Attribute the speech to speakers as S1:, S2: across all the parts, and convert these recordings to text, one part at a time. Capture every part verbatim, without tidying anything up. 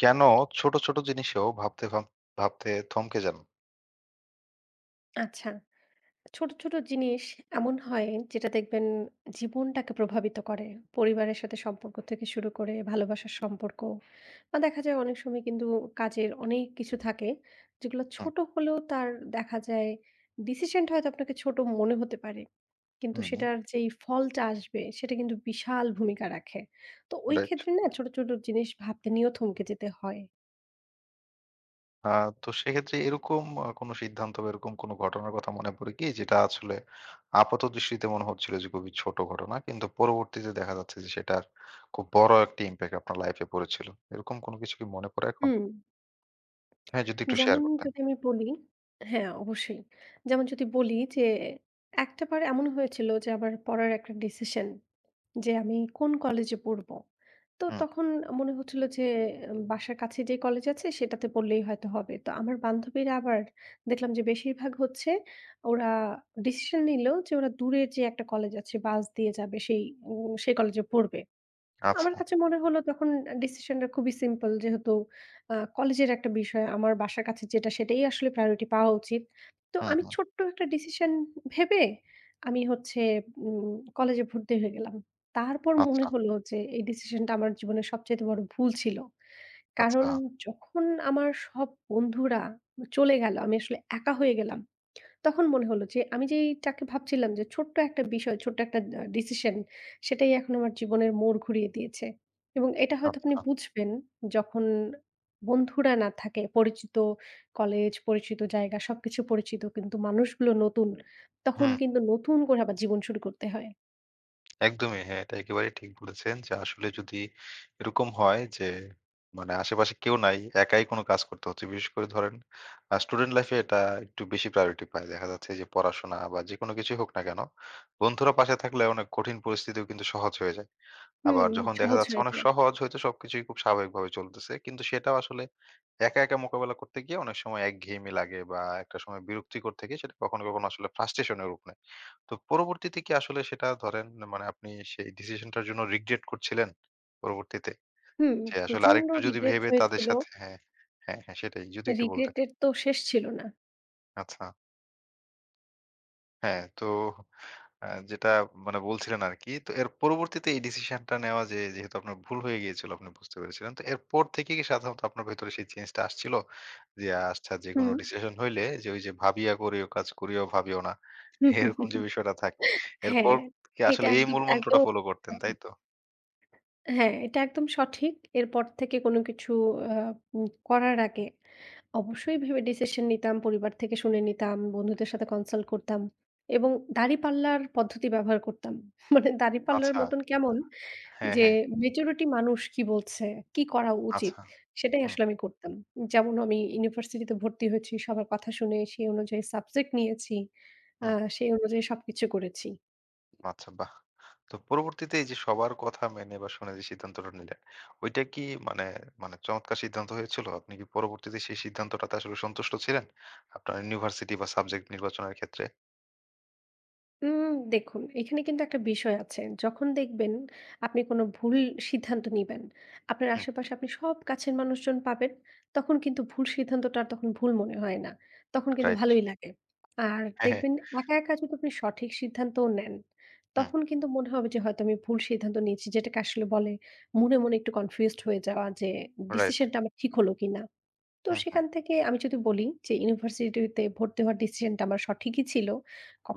S1: কেন ছোট, ছোট জিনিসেও ভাবতে ভাব ভাবতে থমকে যান?
S2: আচ্ছা। ছোট, ছোট জিনিস এমন হয় যেটা দেখবেন জীবনটাকে প্রভাবিত করে। পরিবারের সাথে সম্পর্ক থেকে শুরু করে ভালোবাসার সম্পর্ক। বা দেখা যায় অনেক সময় কিন্তু কাজের অনেক কিছু থাকে যেগুলো
S1: হুম,
S2: ছোট হলেও তার দেখা যায় ডিসিশন টা হয়তো আপনাকে ছোট মনে হতে পারে। কিন্তু
S1: হুম, হুম,
S2: সেটার যেই ফলটা আসবে সেটা কিন্তু বিশাল ভূমিকা রাখে। তো ওই
S1: রাইট।
S2: ক্ষেত্রে না ছোট, ছোট জিনিস ভাবতে নিয়েও থমকে যেতে হয়।
S1: আ তো সেক্ষেত্রে এরকম আ কোনো সিদ্ধান্ত বা এরকম কোনো ঘটনার কথা মনে পড়ে কি? যেটা আসলে আপাতদৃষ্টিতে মনে হচ্ছিল যে খুবই ছোট ঘটনা। কিন্তু পরবর্তীতে দেখা যাচ্ছে যে সেটার খুব বড় একটা ইমপ্যাক্ট আপনার লাইফ এ পড়েছিল। এরকম কোনো কিছু কি মনে পড়ে এখন?
S2: হুম।
S1: হ্যাঁ, যদি একটু শেয়ার
S2: যেমন
S1: করতেন।
S2: যদি আমি বলি হ্যাঁ, অবশ্যই। যেমন যদি বলি যে, একটাবার এমন হয়েছিল যে আমার পড়ার একটা ডিসিশন যে আমি কোন কলেজে পড়ব। তো
S1: হুম,
S2: তখন মনে হচ্ছিল যে উম, বাসার কাছে যে কলেজ আছে সেটাতে পড়লেই হয়তো হবে। তো আমার বান্ধবীরা আবার দেখলাম যে বেশিরভাগ হচ্ছে ওরা ডিসিশন নিল যে ওরা দূরের যে একটা কলেজ আছে বাস দিয়ে যাবে সেই উম সেই কলেজে পড়বে।
S1: আচ্ছা।
S2: আমার কাছে মনে হলো তখন আ ডিসিশনটা খুবই সিম্পল যেহেতু আ কলেজের একটা বিষয় আমার বাসার কাছে যেটা সেটাই আসলে প্রায়োরিটি পাওয়া উচিত। তো
S1: হুম,
S2: আমি
S1: হুম।
S2: ছোট্ট একটা ডিসিশন ভেবে আমি হচ্ছে উম কলেজে ভর্তি হয়ে গেলাম। তারপর মনে
S1: আচ্ছা,
S2: হলো যে এই ডিসিশনটা আমার জীবনের সবচাইতে বড় ভুল ছিল। কারণ
S1: আচ্ছা,
S2: যখন আমার সব বন্ধুরা চলে গেল আমি আসলে একা হয়ে গেলাম। তখন মনে হলো যে আমি যেইটাকে ভাবছিলাম যে ছোট্ট একটা বিষয়, ছোট্ট একটা আ ডিসিশন সেটাই এখন আমার জীবনের মোড় ঘুরিয়ে দিয়েছে। এবং এটা হয়তো আপনি
S1: আচ্ছা।
S2: বুঝবেন যখন বন্ধুরা না থাকে, পরিচিত কলেজ, পরিচিত জায়গা সবকিছু পরিচিত কিন্তু মানুষগুলো নতুন। তখন
S1: হুম।
S2: কিন্তু নতুন করে আবার জীবন শুরু করতে হয়।
S1: একদমই হ্যাঁ, এটা একেবারেই ঠিক বলেছেন যে আসলে যদি এরকম হয় যে মানে আশেপাশে কেউ নাই, একাই কোনো কাজ করতে হচ্ছে। বিশেষ করে ধরেন আ স্টুডেন্ট লাইফে এটা একটু বেশি প্রায়োরিটি পায়। দেখা যাচ্ছে যে পড়াশোনা বা যেকোনো কিছুই হোক না কেন, বন্ধুরা পাশে থাকলে অনেক কঠিন পরিস্থিতিও কিন্তু সহজ হয়ে যায়।
S2: হুম,
S1: আবার যখন দেখা
S2: সহজ
S1: যাচ্ছে
S2: হয়ে
S1: অনেক
S2: যায়।
S1: সহজ হয়তো সবকিছুই খুব স্বাভাবিকভাবে চলতেছে। কিন্তু সেটাও আসলে একা, একা মোকাবেলা করতে গিয়ে অনেক সময় একঘেয়েমি লাগে বা একটা সময় বিরক্তিকর থেকে সেটা কখনো, কখনো আসলে ফ্রাস্ট্রেশন এর রূপ নেয়। তো পরবর্তীতে কি আসলে সেটা ধরেন মানে আপনি সেই ডিসিশনটার জন্য রিগ্রেট করছিলেন পরবর্তীতে?
S2: হুম,
S1: যে আসলে
S2: প্রচন্ড
S1: আরেকটু যদি
S2: রিগ্রেট
S1: ভেবে তাদের
S2: হয়েছিল।
S1: সাথে হ্যাঁ, হ্যাঁ, হ্যাঁ সেটাই। যদি একটু বলতেন।
S2: রিগ্রেট এর তো শেষ ছিল না।
S1: আচ্ছা। হ্যাঁ, তো আ যেটা মানে বলছিলেন আরকি। তো এর পরবর্তীতে এই ডিসিশনটা নেওয়া যে যেহেতু আপনার ভুল হয়ে গিয়েছিল আপনি বুঝতে পেরেছিলেন। তো এরপর থেকে কি সাধারণত আপনার ভেতরে সেই চেঞ্জটা আসছিল? যে আচ্ছা যেকোনো
S2: হুম।
S1: ডিসিশন হইলে যে ওই যে ভাবিয়া করিও কাজ করিও ভাবিও না। এরকম যে বিষয়টা থাকে। এরপর
S2: হ্যাঁ,
S1: কি
S2: এটা
S1: আসলে এই
S2: একদম,
S1: মূল মন্ত্রটা
S2: একদম
S1: ফলো করতেন, তাই
S2: সঠিক।
S1: তো?
S2: হ্যাঁ, এটা একদম সঠিক। এরপর থেকে কোনো কিছু আ উম করার আগে অবশ্যই ভেবে ডিসিশন নিতাম, পরিবার থেকে শুনে নিতাম, বন্ধুদের সাথে কনসাল্ট করতাম এবং দাঁড়িপাল্লার পদ্ধতি ব্যবহার করতাম। মানে দাঁড়িপাল্লার
S1: আচ্ছা।
S2: মতন কেমন
S1: হ্যাঁ,
S2: যে
S1: হ্যাঁ।
S2: মেচুরিটি মানুষ কি বলছে, কি করা উচিত
S1: আচ্ছা।
S2: সেটাই
S1: হুম,
S2: আসলে আমি করতাম। যেমন আমি ইউনিভার্সিটিতে ভর্তি হয়েছি, সবার কথা শুনে সেই অনুযায়ী সাবজেক্ট নিয়েছি। আ
S1: হুম।
S2: সেই অনুযায়ী সবকিছু করেছি।
S1: আচ্ছা, বাহ! তো পরবর্তীতে এই যে সবার কথা মেনে বা শুনে যে সিদ্ধান্তটা নিলেন, ওইটা কি মানে মানে চমৎকার সিদ্ধান্ত হয়েছিল? আপনি কি পরবর্তীতে সেই সিদ্ধান্তটাতে আসলে সন্তুষ্ট ছিলেন? আপনার ইউনিভার্সিটি বা সাবজেক্ট নির্বাচনের ক্ষেত্রে?
S2: উম দেখুন, এখানে কিন্তু একটা বিষয় আছে। যখন দেখবেন আপনি কোনো ভুল সিদ্ধান্ত নিবেন, আপনার
S1: হুম,
S2: আশেপাশে আপনি সব কাছের মানুষজন পাবেন, তখন কিন্তু ভুল সিদ্ধান্তটা আর তখন ভুল মনে হয় না। তখন কিন্তু
S1: রাইট।
S2: ভালোই লাগে। আর
S1: হ্যাঁ, হ্যাঁ।
S2: দেখবেন একা, একা যদি আপনি সঠিক সিদ্ধান্তও নেন,
S1: হুম,
S2: তখন কিন্তু মনে হবে যে হয়তো আমি ভুল সিদ্ধান্ত নিয়েছি। যেটাকে আসলে বলে মনে, মনে একটু কনফিউজড হয়ে যাওয়া যে
S1: রাইট।
S2: ডিসিশনটা আমার ঠিক হলো কিনা। তো
S1: হুম, হুম।
S2: সেখান থেকে আমি যদি বলি যে ইউনিভার্সিটিতে ভর্তি হওয়ার ডিসিশনটা আমার সঠিকই ছিল।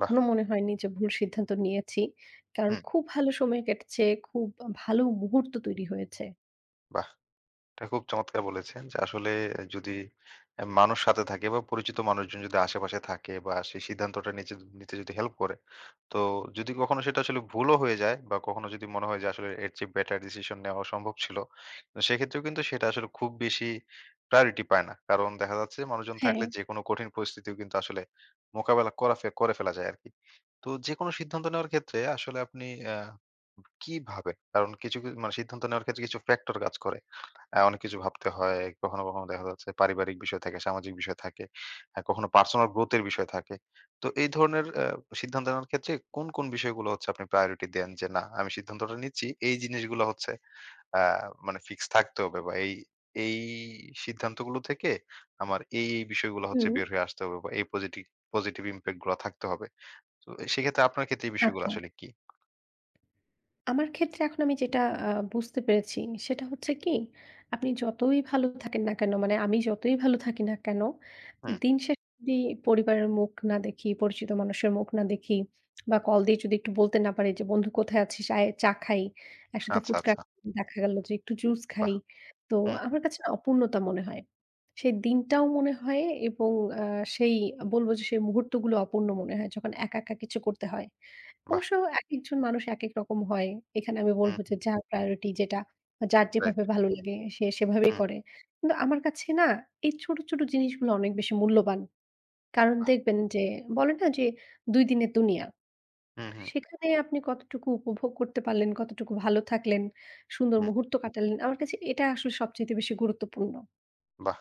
S1: বাহ!
S2: মনে হয়নি যে ভুল সিদ্ধান্ত নিয়েছি। কারণ
S1: হুম,
S2: খুব ভালো সময় কেটেছে, খুব ভালো মুহূর্ত তৈরি হয়েছে।
S1: বাহ! এটা খুব চমৎকার বলেছেন যে আসলে যদি আ মানুষ সাথে থাকে বা পরিচিত মানুষজন যদি আশেপাশে থাকে বা সেই সিদ্ধান্তটা নিচে নিতে যদি হেল্প করে, তো যদি কখনো সেটা আসলে ভুলও হয়ে যায় বা কখনো যদি মনে হয় যে আসলে এর চেয়ে বেটার ডিসিশন নেওয়া সম্ভব ছিল, তো সেক্ষেত্রেও কিন্তু সেটা আসলে খুব বেশি প্রায়োরিটি পায় না। কারণ দেখা যাচ্ছে মানুষজন
S2: হ্যাঁ।
S1: থাকলে যেকোনো কঠিন পরিস্থিতিও কিন্তু আসলে মোকাবেলা করা ফে করে ফেলা যায় আরকি। তো যেকোনো সিদ্ধান্ত নেওয়ার ক্ষেত্রে আসলে আপনি আ কি ভাবেন? কারণ কিছু, কিছু মানে সিদ্ধান্ত নেওয়ার ক্ষেত্রে কিছু ফ্যাক্টর কাজ করে। অ্যা অনেক কিছু ভাবতে হয়। কখনো, কখনো দেখা যাচ্ছে পারিবারিক বিষয় থাকে, সামাজিক বিষয় থাকে। অ্যা কখনো পার্সোনাল গ্রোথ এর বিষয় থাকে। তো এই ধরনের অ্যা সিদ্ধান্ত নেওয়ার ক্ষেত্রে কোন, কোন বিষয়গুলো হচ্ছে আপনি প্রায়োরিটি দেন যে, "না, আমি সিদ্ধান্তটা নিচ্ছি। এই জিনিসগুলো হচ্ছে অ্যা মানে ফিক্স থাকতে হবে বা এই, এই সিদ্ধান্তগুলো থেকে আমার এই, এই বিষয়গুলো হচ্ছে
S2: হুম,
S1: বের হয়ে আসতে হবে বা এই পজিটিভ, পজিটিভ ইমপ্যাক্ট গুলা থাকতে হবে।" তো সেক্ষেত্রে আপনার ক্ষেত্রে এই বিষয়গুলো
S2: আচ্ছা।
S1: আসলে কি?
S2: আমার ক্ষেত্রে এখন আমি যেটা আ বুঝতে পেরেছি সেটা হচ্ছে কি, আপনি যতই ভালো থাকেন না কেন, মানে আমি যতই ভালো থাকি না কেন,
S1: হুম,
S2: দিন শেষে যদি পরিবারের মুখ না দেখি, পরিচিত মানুষের মুখ না দেখি বা কল দিয়ে যদি একটু বলতে না পারি যে, "বন্ধু কোথায় আছিস? আয় চা খাই। একসাথে
S1: আচ্ছা,
S2: ফুচকা
S1: আচ্ছা।
S2: খাই।" দেখা গেল যে একটু জুস
S1: বাহ!
S2: খাই। তো
S1: হুম, হুম,
S2: আমার কাছে না অপূর্ণতা মনে হয়। সেই দিনটাও মনে হয় এবং আ সেই বলব যে সেই মুহূর্তগুলো অপূর্ণ মনে হয় যখন একা, একা কিছু করতে হয়।
S1: বাহ!
S2: অবশ্য একেকজন মানুষ একেক রকম হয়। এখানে আমি বলব
S1: হুম,
S2: যে
S1: হুম।
S2: যার প্রায়োরিটি যেটা বা যার
S1: রাইট।
S2: যেভাবে ভালো লাগে সে সেভাবেই
S1: হুম,
S2: করে। কিন্তু আমার কাছে না এই ছোট, ছোট জিনিসগুলো অনেক বেশি মূল্যবান। কারণ
S1: বাহ!
S2: দেখবেন যে বলে না যে দুই দিনের দুনিয়া।
S1: হুম, হুম,
S2: সেখানে আপনি কতটুকু উপভোগ করতে পারলেন, কতটুকু ভালো থাকলেন, সুন্দর
S1: হুম,
S2: মুহূর্ত কাটালেন। আমার কাছে এটা আসলে সবচাইতে বেশি গুরুত্বপূর্ণ।
S1: বাহ!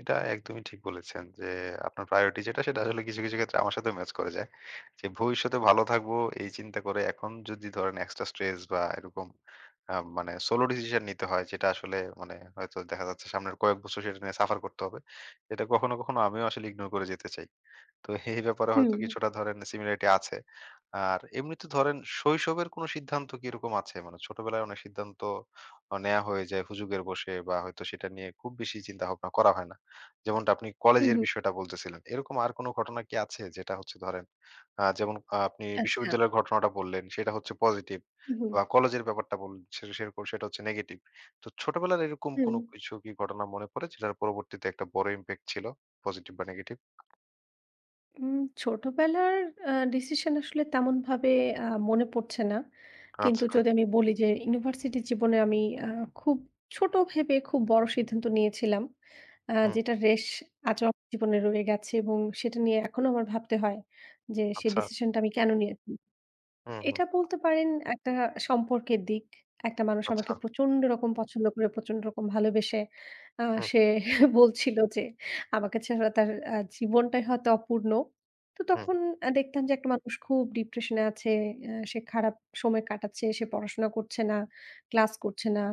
S1: এটা একদমই ঠিক বলেছেন যে আপনার প্রায়োরিটি যেটা সেটা আসলে কিছু, কিছু ক্ষেত্রে আমার সাথেও ম্যাচ করে যায়। যে ভবিষ্যতে ভালো থাকবো এই চিন্তা করে এখন যদি ধরেন এক্সট্রা স্ট্রেস বা এরকম আ মানে সোলো ডিসিশন নিতে হয় যেটা আসলে মানে হয়তো দেখা যাচ্ছে সামনের কয়েক বছর সেটা নিয়ে সাফার করতে হবে। এটা কখনো, কখনো আমিও আসলে ইগনোর করে যেতে চাই। তো এই ব্যাপারে হয়তো
S2: হুম,
S1: কিছুটা ধরেন সিমিলারিটি আছে। আর এমনিতে ধরেন শৈশবের কোনো সিদ্ধান্ত কি এরকম আছে? মানে ছোটবেলায় অনেক সিদ্ধান্ত অ নেয়া হয়ে যায় হুজুগের বসে বা হয়তো সেটা নিয়ে খুব বেশি চিন্তাভাবনা করা হয় না। যেমনটা আপনি
S2: হুম,
S1: কলেজের
S2: হুম।
S1: বিষয়টা বলতেছিলেন। এরকম আর কোনো ঘটনা কি আছে যেটা হচ্ছে ধরেন আ যেমন আ আপনি
S2: আচ্ছা।
S1: বিশ্ববিদ্যালয়ের ঘটনাটা বললেন সেটা হচ্ছে পজিটিভ
S2: হুম, হুম।
S1: বা কলেজের ব্যাপারটা বললেন সে সেরকম সেটা হচ্ছে নেগেটিভ। তো ছোটবেলার এরকম
S2: হুম।
S1: কোনো কিছু কি ঘটনা মনে পড়ে যেটার পরবর্তীতে একটা বড় ইমপ্যাক্ট ছিল পজিটিভ বা নেগেটিভ?
S2: উম ছোটবেলার আ ডিসিশন আসলে তেমনভাবে আ মনে পড়ছে না।
S1: আচ্ছা।
S2: কিন্তু যদি আমি বলি যে ইউনিভার্সিটি জীবনে আমি আ খুব ছোট ভেবে খুব বড় সিদ্ধান্ত নিয়েছিলাম। আ
S1: হুম।
S2: যেটার রেশ আজও আমার জীবনে রয়ে গেছে এবং সেটা নিয়ে এখনো আমার ভাবতে হয় যে সেই
S1: আচ্ছা।
S2: ডিসিশনটা আমি কেন নিয়েছি?
S1: হুম, হুম।
S2: এটা বলতে পারেন একটা সম্পর্কের দিক। একটা মানুষ
S1: আচ্ছা।
S2: আমাকে প্রচন্ড রকম পছন্দ করে, প্রচন্ড রকম ভালোবেসে আ
S1: হুম,
S2: সে বলছিল যে আমাকে ছাড়া তার আ জীবনটাই হয়তো অপূর্ণ। তো
S1: হুম,
S2: তখন আ দেখতাম যে একটা মানুষ খুব ডিপ্রেশন এ আছে, আ সে খারাপ সময় কাটাচ্ছে, সে পড়াশোনা করছে না, ক্লাস করছে না,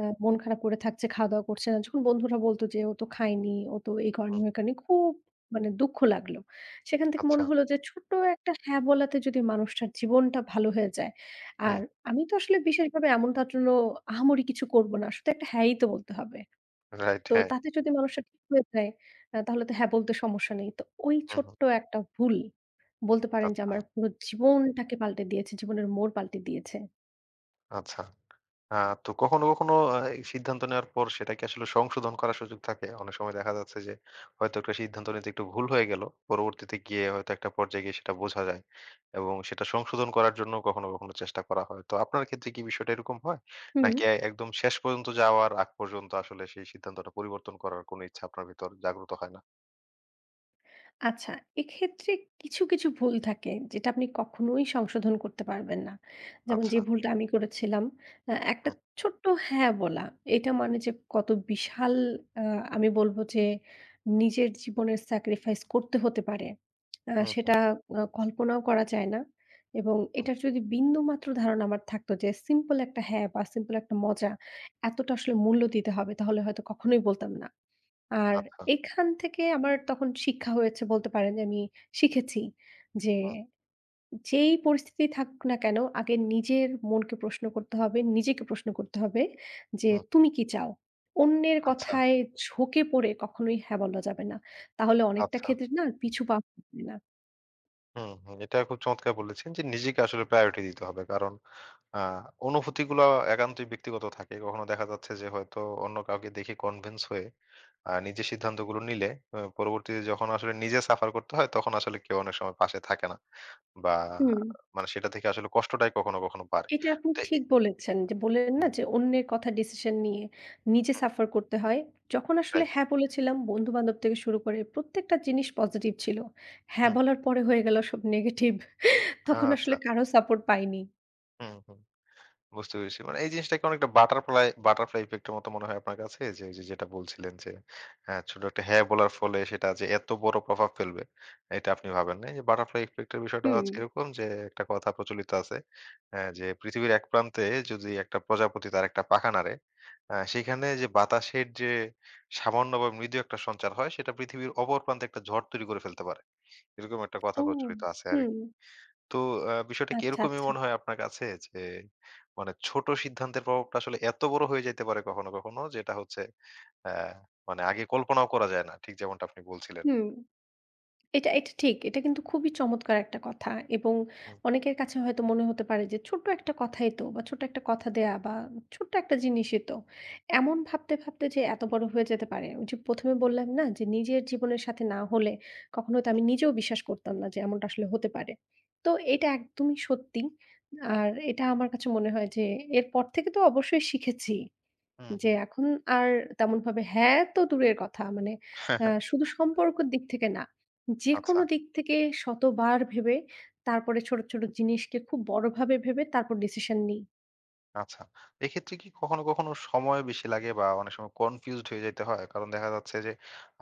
S2: আ মন খারাপ করে থাকছে, খাওয়া-দাওয়া করছে না। যখন বন্ধুরা বলতো যে, "ও তো খায়নি, ও তো এই করেনি,
S1: হুম।
S2: ওই করেনি" খুব মানে দুঃখ লাগলো। সেখান থেকে
S1: আচ্ছা।
S2: মনে হলো যে ছোট্ট একটা হ্যাঁ বলাতে যদি মানুষটার জীবনটা ভালো হয়ে যায়। আর
S1: হুম।
S2: আমি তো আসলে বিশেষভাবে এমন তার জন্য আহামরি কিছু করব না। শুধু একটা হ্যাঁই তো বলতে হবে।
S1: রাইট,
S2: তো
S1: হ্যাঁ।
S2: তাতে যদি মানুষটা ঠিক হয়ে যায় আ তাহলে তো হ্যাঁ বলতে সমস্যা নেই। তো ওই
S1: হুম, হুম।
S2: ছোট্ট একটা ভুল বলতে পারেন যে
S1: আচ্ছা,
S2: আমার পুরো জীবনটাকে পাল্টে দিয়েছে, জীবনের মোড় পাল্টে দিয়েছে।
S1: আচ্ছা। আ তো কখনো, কখনো আ এই সিদ্ধান্ত নেওয়ার পর সেটাকে আসলে সংশোধন করার সুযোগ থাকে। অনেক সময় দেখা যাচ্ছে যে হয়তো একটা সিদ্ধান্ত নিতে একটু ভুল হয়ে গেল। পরবর্তীতে গিয়ে হয়তো একটা পর্যায়ে গিয়ে সেটা বোঝা যায় এবং সেটা সংশোধন করার জন্য কখনো, কখনো চেষ্টা করা হয়। তো আপনার ক্ষেত্রে কি বিষয়টা এরকম হয়?
S2: হুম।
S1: নাকি এ একদম শেষ পর্যন্ত যাওয়ার আগ পর্যন্ত আসলে সেই সিদ্ধান্তটা পরিবর্তন করার কোনো ইচ্ছা আপনার ভিতর জাগ্রত হয় না?
S2: আচ্ছা, এক্ষেত্রে কিছু, কিছু ভুল থাকে যেটা আপনি কখনোই সংশোধন করতে পারবেন না। যেমন
S1: আচ্ছা।
S2: যে ভুলটা আমি করেছিলাম, আ একটা
S1: হুম,
S2: ছোট্ট হ্যাঁ বলা। এটা মানে যে কত বিশাল আ আমি বলব যে নিজের জীবনের স্যাক্রিফাইস করতে হতে পারে। আ
S1: হুম, হুম,
S2: সেটা আ কল্পনাও করা যায় না। এবং
S1: হুম।
S2: এটার যদি বিন্দুমাত্র ধারণা আমার থাকতো যে সিম্পল একটা হ্যাঁ বা সিম্পল একটা মজা এতটা আসলে মূল্য দিতে হবে তাহলে হয়তো কখনোই বলতাম না। আর
S1: আচ্ছা।
S2: এখান থেকে আমার তখন শিক্ষা হয়েছে বলতে পারেন যে আমি শিখেছি যে,
S1: হুম,
S2: যেই পরিস্থিতি থাকুক না কেন আগে নিজের মনকে প্রশ্ন করতে হবে, নিজেকে প্রশ্ন করতে হবে যে,
S1: হুম।
S2: "তুমি কি চাও?" অন্যের
S1: আচ্ছা,
S2: কথায় ঝোঁকে পড়ে কখনোই হ্যাঁ বলা যাবে না। তাহলে অনেকটা
S1: আচ্ছা।
S2: ক্ষেত্রে না পিছু পা হবে না।
S1: হুম, হুম। এটা খুব চমৎকার বলেছেন যে নিজেকে আসলে প্রায়োরিটি দিতে হবে। কারণ আ অনুভূতিগুলো একান্তই ব্যক্তিগত থাকে। কখনো দেখা যাচ্ছে যে হয়তো অন্য কাউকে দেখে কনভিন্স হয়ে আ নিজের সিদ্ধান্তগুলো নিলে আ পরবর্তীতে যখন আসলে নিজে সাফার করতে হয় তখন আসলে কেউ অনেক সময় পাশে থাকে না। বা
S2: হুম।
S1: মানে সেটা থেকে আসলে কষ্টটাই কখনো, কখনো বাড়ে।
S2: এটা আপনি
S1: তো এ
S2: ঠিক বলেছেন যে, বললেন না
S1: হুম,
S2: যে, অন্যের কথা ডিসিশন নিয়ে নিজে
S1: হুম,
S2: সাফার করতে হয়। যখন আসলে
S1: রাইট।
S2: হ্যাঁ বলেছিলাম বন্ধু-বান্ধব থেকে শুরু করে প্রত্যেকটা জিনিস পজিটিভ ছিল। হ্যাঁ
S1: হুম,
S2: বলার পরে হয়ে গেল সব নেগেটিভ। তখন আসলে
S1: আচ্ছা।
S2: কারো সাপোর্ট পাইনি।
S1: হুম, হুম। বুঝতে পেরেছি। মানে এই জিনিসটাকে অনেকটা বাটারফ্লাই বাটারফ্লাই ইফেক্ট এর মত মনে হয় আপনার কাছে? যে ওই যে যেটা বলছিলেন যে আ ছোট একটা হ্যাঁ বলার ফলে সেটা যে এত বড় প্রভাব ফেলবে এটা আপনি ভাবেন নাই। যে বাটারফ্লাই ইফেক্ট এর বিষয়টা
S2: হুম।
S1: হচ্ছে এরকম যে একটা কথা প্রচলিত আছে অ্যা যে পৃথিবীর এক প্রান্তে যদি একটা প্রজাপতি তার একটা পাখা নাড়ে, আ সেখানে যে বাতাসের যে সামান্য বা মৃদু একটা সঞ্চার হয় সেটা পৃথিবীর অপর প্রান্তে একটা ঝড় তৈরি করে ফেলতে পারে। এরকম একটা কথা
S2: ও!
S1: প্রচলিত আছে
S2: হুম,
S1: আরকি। তো আ বিষয়টা কি
S2: আচ্ছা,
S1: এরকমই
S2: আচ্ছা।
S1: মনে হয় আপনার কাছে? যে মানে ছোট সিদ্ধান্তের প্রভাবটা আসলে এত বড় হয়ে যাইতে পারে কখনো, কখনো যেটা হচ্ছে আ মানে আগে কল্পনাও করা যায় না। ঠিক যেমনটা আপনি বলছিলেন।
S2: হুম। এটা, এটা ঠিক। এটা কিন্তু খুবই চমৎকার একটা কথা এবং
S1: হুম,
S2: অনেকের কাছে হয়তো মনে হতে পারে যে ছোট্ট একটা কথাই তো বা ছোট্ট একটা কথা দেয়া বা ছোট্ট একটা জিনিসই তো। এমন ভাবতে, ভাবতে যে এত বড় হয়ে যেতে পারে। ওই যে প্রথম এ বললাম না যে নিজের জীবনের সাথে না হলে কখনো হয়তো
S1: হুম,
S2: আমি নিজেও বিশ্বাস করতাম না যে এমনটা আসলে হতে পারে। তো এটা একদমই সত্যি। আর এটা আমার কাছে মনে হয় যে এরপর থেকে তো অবশ্যই শিখেছি।
S1: হুম,
S2: যে
S1: হুম।
S2: এখন আর তেমনভাবে হ্যাঁ, তো দূরের কথা। মানে আ শুধু সম্পর্কের দিক থেকে না।
S1: আচ্ছা।
S2: যেকোনো দিক থেকে শতবার ভেবে তারপরে ছোট, ছোট জিনিসকে খুব বড়ভাবে ভেবে তারপর ডিসিশন নিই।
S1: আচ্ছা। এক্ষেত্রে কি কখনো, কখনো সময় বেশি লাগে বা অনেক সময় কনফিউজড হয়ে যাইতে হয়? কারণ দেখা যাচ্ছে যে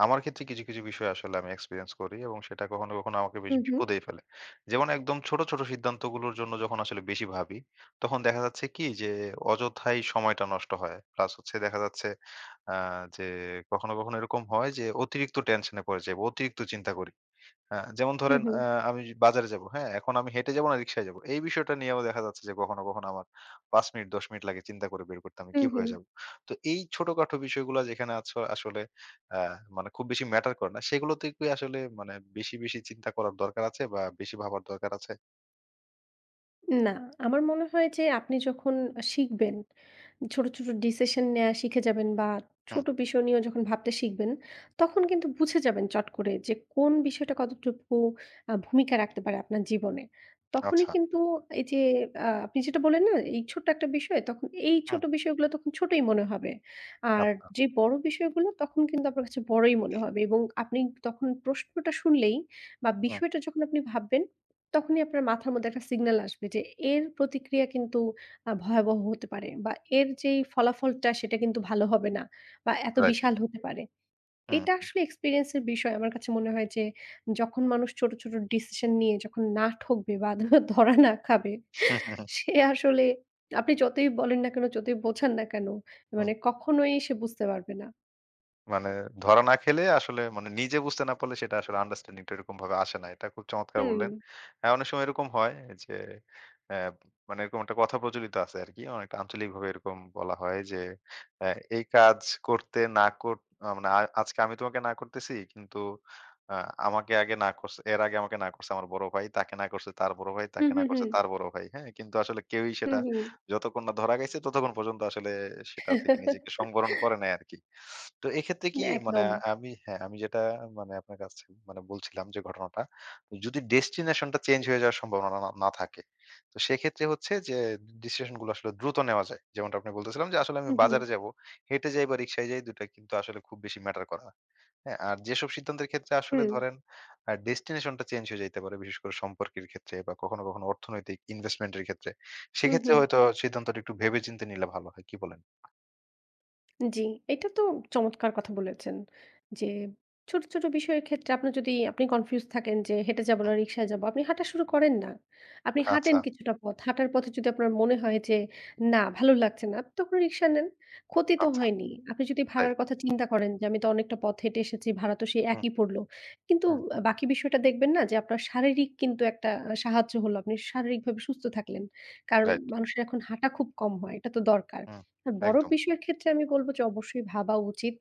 S1: আমার ক্ষেত্রে কিছু, কিছু বিষয় আসলে আমি এক্সপেরিয়েন্স করি এবং সেটা কখনো, কখনো আমাকে বেশ
S2: হুম, হুম।
S1: বিপদেই ফেলে। যেমন একদম ছোট, ছোট সিদ্ধান্তগুলোর জন্য যখন আসলে বেশি ভাবি, তখন দেখা যাচ্ছে কি যে অযথাই সময়টা নষ্ট হয়। প্লাস হচ্ছে দেখা যাচ্ছে আ যে কখনো, কখনো এরকম হয় যে অতিরিক্ত টেনশন এ পড়ে যাই বা অতিরিক্ত চিন্তা করি। হ্যাঁ, যেমন
S2: হুম,
S1: ধরেন
S2: হুম।
S1: আ আমি বাজারে যাবো, হ্যাঁ? এখন আমি হেঁটে যাবো না রিক্সায় যাবো। এই বিষয়টা নিয়েও দেখা যাচ্ছে যে কখনো, কখনো আমার পাঁচ মিনিট দশ মিনিট লাগে চিন্তা করে বের করতে আমি
S2: হুম,
S1: কিভাবে
S2: হুম।
S1: যাবো। তো এই ছোটখাটো বিষয়গুলা যেখানে আছ আসলে আ মানে খুব বেশি ম্যাটার করে না, সেগুলোতে কি আসলে মানে বেশি, বেশি চিন্তা করার দরকার আছে বা বেশি ভাবার দরকার আছে?
S2: না, আমার মনে হয় যে আপনি যখন শিখবেন ছোট, ছোট ডিসিশন নেয়া শিখে যাবেন বা
S1: হুম,
S2: ছোট বিষয় নিয়েও যখন ভাবতে শিখবেন, তখন কিন্তু বুঝে যাবেন চট করে যে কোন বিষয়টা কতটুকু আ ভূমিকা রাখতে পারে আপনার জীবনে। তখনই
S1: আচ্ছা।
S2: কিন্তু এই যে আ আপনি যেটা বললেন না, এই ছোট্ট একটা বিষয়, তখন এই
S1: হুম,
S2: ছোট বিষয়গুলো তখন ছোটই মনে হবে। আর
S1: আচ্ছা।
S2: যে বড় বিষয়গুলো তখন কিন্তু আপনার কাছে বড়ই মনে হবে এবং আপনি তখন প্রশ্নটা শুনলেই বা
S1: হুম,
S2: বিষয়টা যখন আপনি ভাববেন, তখনই আপনার মাথার মধ্যে একটা সিগন্যাল আসবে যে এর প্রতিক্রিয়া কিন্তু আ ভয়াবহ হতে পারে বা এর যেই ফলাফলটা সেটা কিন্তু ভালো হবে না বা এত
S1: রাইট।
S2: বিশাল হতে পারে।
S1: হুম,
S2: এটা
S1: হুম,
S2: আসলে এক্সপেরিয়েন্স এর বিষয়। আমার কাছে মনে হয় যে যখন মানুষ ছোট, ছোট ডিসিশন নিয়ে যখন না ঠকবে বা ধরা না খাবে
S1: হুম, হুম,
S2: সে আসলে আপনি যতই বলেন না কেন, যতই বোঝান না কেন
S1: হুম।
S2: মানে কখনোই সে বুঝতে পারবে না।
S1: মানে ধরা না খেলে আসলে মানে নিজে বুঝতে না পারলে সেটা আসলে আন্ডারস্ট্যান্ডিং টা এরকম ভাবে আসে না। এটা খুব চমৎকার
S2: হুম,
S1: বললেন। হ্যাঁ, অনেক সময় এরকম হয় যে অ্যা মানে এরকম একটা কথা প্রচলিত আছে আরকি। অনেকটা আঞ্চলিকভাবে এরকম বলা হয় যে অ্যা এই কাজ করতে না কর আ মানে আ আজকে আমি তোমাকে না করতেছি কিন্তু আ আমাকে আগে না করছে এর আগে আমাকে না করছে আমার বড় ভাই, তাকে না করছে তার বড় ভাই,
S2: হুম,
S1: তাকে না
S2: হুম,
S1: করছে
S2: হুম,
S1: তার বড় ভাই। হ্যাঁ? কিন্তু আসলে কেউই
S2: হুম,
S1: সেটা
S2: হুম।
S1: যতক্ষণ না ধরা খাইছে ততক্ষণ পর্যন্ত আসলে সেটা থেকে নিজেকে সংবরণ করে নাই আরকি। তো এক্ষেত্রে কি মানে
S2: একদম।
S1: আমি হ্যাঁ, আমি যেটা মানে আপনার কাছে মানে বলছিলাম যে ঘটনাটা, যদি ডেস্টিনেশনটা চেঞ্জ হয়ে যাওয়ার সম্ভাবনা না না থাকে, তো সেক্ষেত্রে হচ্ছে যে ডিসিশনগুলো আসলে দ্রুত নেওয়া যায়। যেমনটা আপনি বলতেছিলাম যে আসলে আমি
S2: হুম, হুম,
S1: বাজারে যাবো, হেঁটে যাই বা রিক্সায় যাই দুই টা কিন্তু আসলে খুব বেশি ম্যাটার করে না। হ্যাঁ? আর যেসব সিদ্ধান্তের ক্ষেত্রে আসলে
S2: হুম,
S1: ধরেন আ ডেস্টিনেশনটা চেঞ্জ হয়ে যাইতে পারে, বিশেষ করে সম্পর্কের ক্ষেত্রে বা কখনো, কখনো অর্থনৈতিক ইনভেস্টমেন্টের ক্ষেত্রে,
S2: হুম,
S1: সেক্ষেত্রে
S2: হুম।
S1: হয়তো সিদ্ধান্তটা একটু ভেবে চিন্তে নিলে ভালো হয়। কি বলেন?
S2: জি, এটা তো চমৎকার কথা বলেছেন। যে ছোট, ছোট বিষয়ের ক্ষেত্রে আপনার যদি আপনি কনফিউজ থাকেন যে হেঁটে যাবো না
S1: হুম,
S2: রিক্সায় যাবো, আপনি হাঁটা শুরু করেন না। আপনি হাঁটেন
S1: আচ্ছা,
S2: কিছুটা পথ। হাঁটার পথে যদি আপনার মনে হয় যে না ভালো লাগছে না, আপনি তখন রিক্সা নেন। ক্ষতি তো
S1: আচ্ছা।
S2: হয়নি। আপনি যদি
S1: রাইট।
S2: ভাড়ার কথা চিন্তা করেন যে আমি তো অনেকটা পথ হেঁটে এসেছি, ভাড়া তো সেই
S1: হুম।
S2: একই পড়লো। কিন্তু
S1: হুম,
S2: আ বাকি বিষয়টা দেখবেন না যে আপনার শারীরিক কিন্তু একটা আ সাহায্য হলো। আপনি শারীরিকভাবে সুস্থ থাকলেন। কারণ
S1: রাইট।
S2: মানুষের এখন হাঁটা খুব কম হয়। এটা তো দরকার।
S1: হুম,
S2: হ্যাঁ, বড়
S1: একদম।
S2: বিষয়ের ক্ষেত্রে আমি বলব যে অবশ্যই ভাবা উচিত।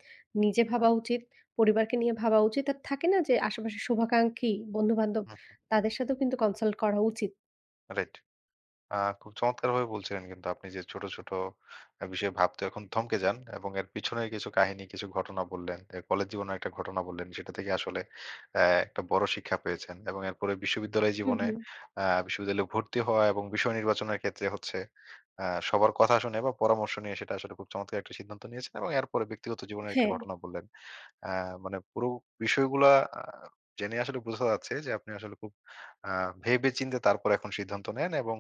S2: নিজে
S1: হুম,
S2: ভাবা উচিত, পরিবারকে নিয়ে ভাবা উচিত। আর থাকে না যে আশেপাশে শুভাকাঙ্ক্ষী বন্ধু-বান্ধব
S1: হুম,
S2: তাদের সাথেও কিন্তু কনসাল্ট করা উচিত।
S1: রাইট। আ খুব চমৎকারভাবে বলছিলেন কিন্তু আপনি যে ছোট, ছোট আ বিষয়ে ভাবতে এখন থমকে যান এবং এর পিছনে কিছু কাহিনী, কিছু ঘটনা বললেন। এ কলেজ জীবনের একটা ঘটনা বললেন। সেটা থেকে আসলে অ্যা একটা বড় শিক্ষা পেয়েছেন এবং এরপরে বিশ্ববিদ্যালয়
S2: হুম,
S1: জীবনে
S2: হুম।
S1: আ বিশ্ববিদ্যালয়ে ভর্তি হওয়া এবং বিষয় নির্বাচনের ক্ষেত্রে হচ্ছে আ সবার কথা শুনে বা পরামর্শ নিয়ে সেটা আসলে খুব চমৎকার একটা সিদ্ধান্ত নিয়েছেন এবং এরপরে ব্যক্তিগত জীবনের একটা
S2: হ্যাঁ,
S1: ঘটনা বললেন। আহ, মানে পুরো বিষয়গুলা আহ, জেনে আসলে বোঝা যাচ্ছে যে আপনি আসলে খুব আহ, ভেবে চিন্তে তারপর এখন সিদ্ধান্ত নেন এবং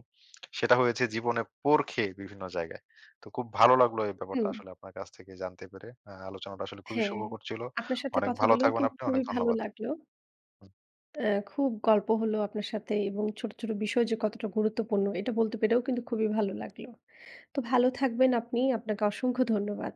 S1: সেটা হয়েছে জীবনে পরখে বিভিন্ন জায়গায়। তো খুব ভালো লাগলো এই ব্যাপারটা
S2: হুম,
S1: আসলে আপনার কাছ থেকে জানতে পেরে। আহ, আলোচনাটা আসলে খুবই
S2: হ্যাঁ।
S1: সুখকর ছিল।
S2: আপনার সাথে
S1: অনেক
S2: কথা
S1: ভালো
S2: বলেও
S1: থাকবেন
S2: কিন্তু
S1: আপনি। অনেক
S2: খুবই ভালো
S1: ধন্যবাদ।
S2: লাগলো। অ্যা খুব গল্প হলো আপনার সাথে এবং ছোট, ছোট বিষয় যে কতটা গুরুত্বপূর্ণ এটা বলতে পেরেও কিন্তু খুবই ভালো লাগলো। তো ভালো থাকবেন আপনি। আপনাকে অসংখ্য ধন্যবাদ।